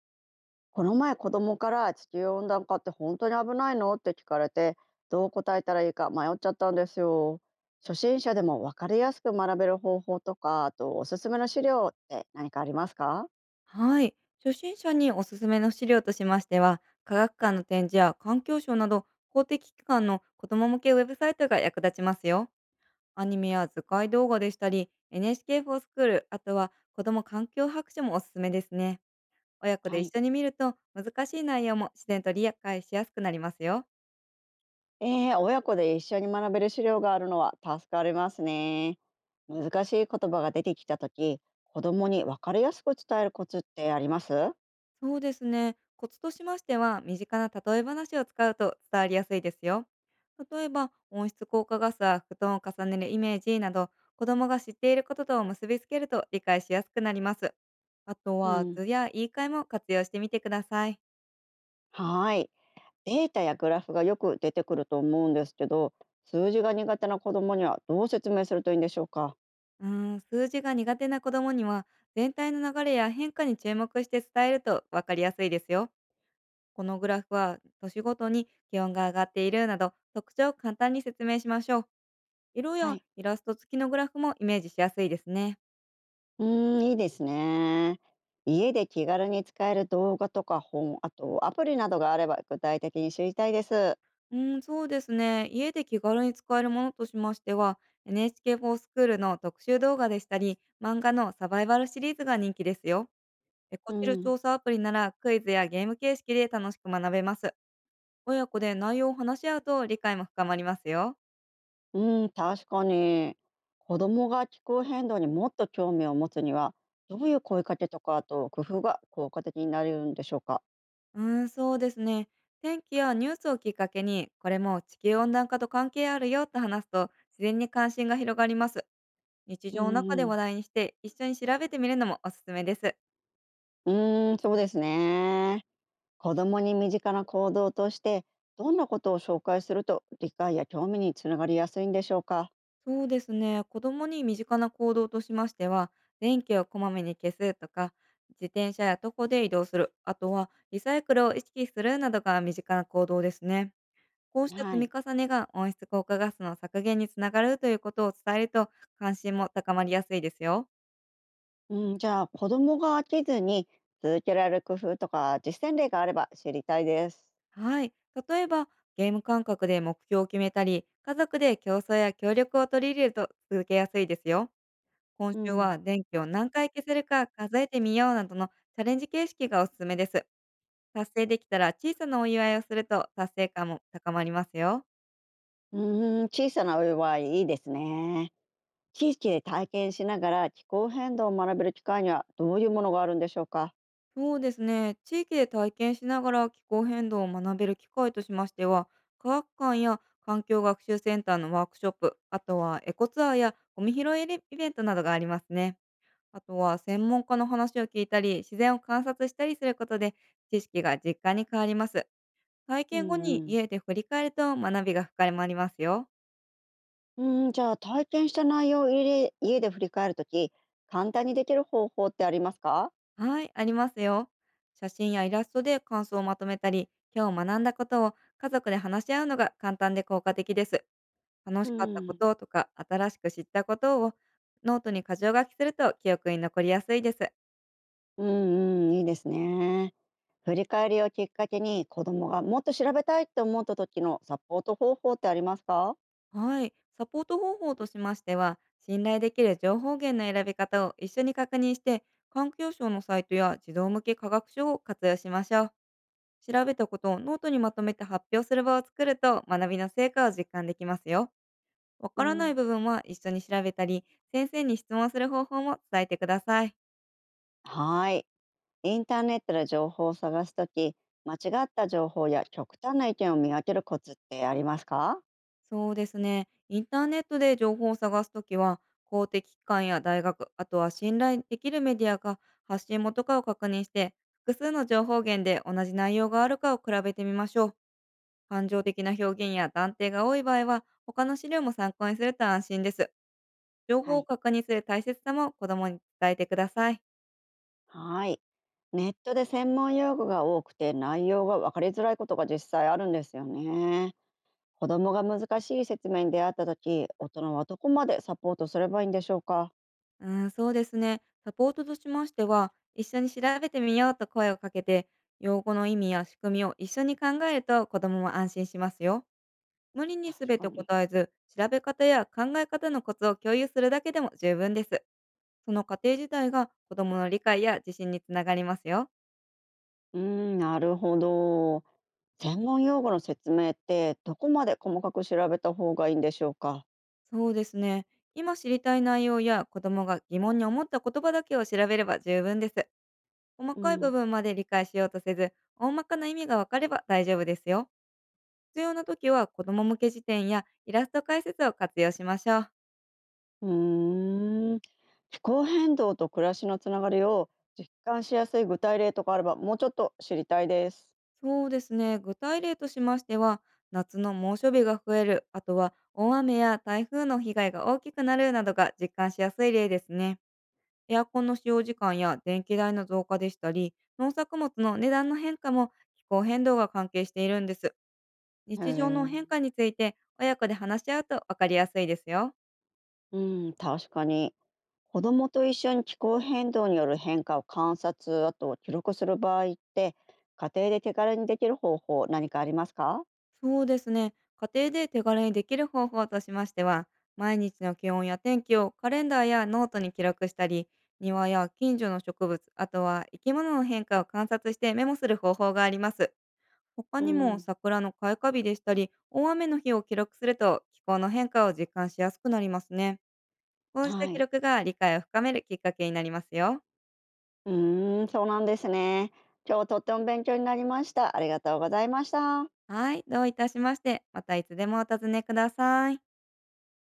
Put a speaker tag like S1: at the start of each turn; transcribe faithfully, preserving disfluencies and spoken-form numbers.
S1: この前子供から地球温暖化って本当に危ないのって聞かれてどう答えたらいいか迷っちゃったんですよ。初心者でも分かりやすく学べる方法とかあとおすすめの資料って何かありますか？
S2: はい。初心者におすすめの資料としましては、科学館の展示や環境省など公的機関の子ども向けウェブサイトが役立ちますよ。アニメや図解動画でしたり、エヌエイチケー フォースクール、あとは子ども環境白書もおすすめですね。親子で
S1: はい、
S2: 一緒に見ると難しい内容も自然と理解しやすくなりますよ。
S1: えー、親子で一緒に学べる資料があるのは助かりますね。難しい言葉が出てきた時子供に分かりやすく伝えるコツってあります？
S2: そうですね。コツとしましては、身近な例え話を使うと伝わりやすいですよ。例えば、温室効果ガスは布団を重ねるイメージなど、子供が知っていることと結びつけると理解しやすくなります。あと
S1: う
S2: は、
S1: ん、
S2: 図や言い換えも活用してみてください。
S1: はーい。データやグラフがよく出てくると思うんですけど、数字が苦手な子どもにはどう説明するといいんでしょうか。
S2: うーん、数字が苦手な子供には、全体の流れや変化に注目して伝えると分かりやすいですよ。このグラフは、年ごとに気温が上がっているなど、特徴を簡単に説明しましょう。色
S1: は
S2: や
S1: い。
S2: イラスト付きのグラフもイメージしやすいですね。
S1: うーん、いいですね。家で気軽に使える動画とか本、あとアプリなどがあれば具体的に知りたいです。
S2: うん、そうですね。家で気軽に使えるものとしましては、エヌエイチケー フォースクールの特集動画でしたり、漫画のサバイバルシリーズが人気ですよ。エ
S1: う
S2: コチル
S1: ん。
S2: 調査アプリならクイズやゲーム形式で楽しく学べます。親子で内容を話し合うと理解も深まりますよ。
S1: うん、確かに。子供が気候変動にもっと興味を持つには、どういう声かけとか、あと工夫が効果的になれるんでしょうか。
S2: うーん、そうですね。天気やニュースをきっかけに、これも地球温暖化と関係あるよと話すと、自然に関心が広がります。日
S1: う
S2: 常の
S1: ん
S2: 中で
S1: う
S2: 話
S1: ん。
S2: 題にして、一緒に調べてみるのもおすすめです。
S1: うーん、そうですね。子どもに身近な行動としてどんなことを紹介すると理解や興味につながりやすいんでしょうか？
S2: そうですね。子供に身近な行動としましては、電気をこまめに消すとか、自転車や徒歩で移動する、あとはリサイクルを意識するなどが身近な行動ですね。こうした積
S1: は
S2: み
S1: い。
S2: 重ねが温室効果ガスの削減につながるということを伝えると関心も高まりやすいですよ。
S1: うん、じゃあ子どもが飽きずに続けられる工夫とか実践例があれば知りたいです。
S2: はい。例えば、ゲーム感覚で目標を決めたり、家族で競争や協力を取り入れると続けやすいですよ。今
S1: う
S2: 週
S1: ん。
S2: は電気を何回消せるか数えてみようなどのチャレンジ形式がおすすめです。達成できたら小さなお祝いをすると達成感も高まりますよ。
S1: うーん、小さなお祝はいいですね。地域で体験しながら気候変動を学べる機会にはどういうものがあるんでしょうか？
S2: そうですね。地域で体験しながら気候変動を学べる機会としましては、科学館や環境学習センターのワークショップ、あとはエコツアーやゴミ拾いイベントなどがありますね。あとは専門家の話を聞いたり、自然を観察したりすることで知識が実感に変わります。体
S1: う
S2: 験後
S1: ん
S2: に
S1: うん。
S2: 家で振り返ると学びが深まりますよ。
S1: うん、じゃあ体験した内容を家で家で振り返るとき簡単にできる方法ってありますか？
S2: はい、ありますよ。写真やイラストで感想をまとめたり、今日学んだことを家族で話し合うのが簡単で効果的です。楽
S1: う
S2: しかったこ
S1: ん
S2: ととか新しく知ったことをノートに箇条書きすると記憶に残りやすいです。
S1: うん。うん、いいですね。振り返りをきっかけに子供がもっと調べたいって思った時のサポート方法ってありますか？
S2: はい、サポート方法としましては、信頼できる情報源の選び方を一緒に確認して、環境省のサイトや児童向け科学書を活用しましょう。調べたことをノートにまとめて発表する場を作ると学びの成果を実感できますよ。わ
S1: う
S2: からない
S1: ん、
S2: 部分は一緒に調べたり、先生に質問する方法も伝えてください。
S1: はい。インターネットで情報を探すとき、間違った情報や極端な意見を見分けるコツってありますか？
S2: そうですね。インターネットで情報を探すときは、公的機関や大学、あとは信頼できるメディアが発信元かを確認して、複数の情報源で同じ内容があるかを比べてみましょう。感情的な表現や断定が多い場合は、他の資料も参考にすると安心です。情報
S1: は
S2: を
S1: い。
S2: 確認する大切さも子供に伝えてください。
S1: はい。ネットで専門用語が多くて内容が分かりづらいことが実際あるんですよね。子供が難しい説明に出会った時、大人はどこまでサポートすればいいんでしょうか？
S2: うん、そうですね。サポートとしましては、一緒に調べてみようと声をかけて、用語の意味や仕組みを一緒に考えると子供も安心しますよ。無理に
S1: 確
S2: 全
S1: か
S2: て
S1: に。
S2: 答えず、調べ方や考え方のコツを共有するだけでも十分です。その過程自体が子供の理解や自信につながりますよ。
S1: うーん、なるほど。専門用語の説明ってどこまで細かく調べた方がいいんでしょうか。
S2: そうですね。今知りたい内容や子供が疑問に思った言葉だけを調べれば十分です。細
S1: う
S2: かい部
S1: ん、
S2: 分まで理解しようとせず、大まかな意味がわかれば大丈夫ですよ。必要な時は子供向け辞典やイラスト解説を活用しましょう。
S1: うーん。気候変動と暮らしのつながりを実感しやすい具体例とかあればもうちょっと知りたいです。
S2: そうですね、具体例としましては、夏の猛暑日が増える、あとは大雨や台風の被害が大きくなるなどが実感しやすい例ですね。エアコンの使用時間や電気代の増加でしたり、農作物の値段の変化も気候変動が関係しているんです。
S1: へ
S2: 日常の
S1: え。
S2: 変化について親子で話し合うと分かりやすいですよ。
S1: うん、確かに。子どもと一緒に気候変動による変化を観察、あと記録する場合って家庭で手軽にできる方法何かありますか？
S2: そうですね。家庭で手軽にできる方法としましては、毎日の気温や天気をカレンダーやノートに記録したり、庭や近所の植物、あとは生き物の変化を観察してメモする方法があります。他
S1: う
S2: にも
S1: ん、
S2: 桜の開花日でしたり、大雨の日を記録すると気候の変化を実感しやすくなりますね。こうした
S1: は
S2: 記
S1: い。
S2: 録が理解を深めるきっかけになりますよ。
S1: うーん、そうなんですね。今日とっても勉強になりました。ありがとうございました。
S2: はい、どういたしまして、またいつでもお尋ねください。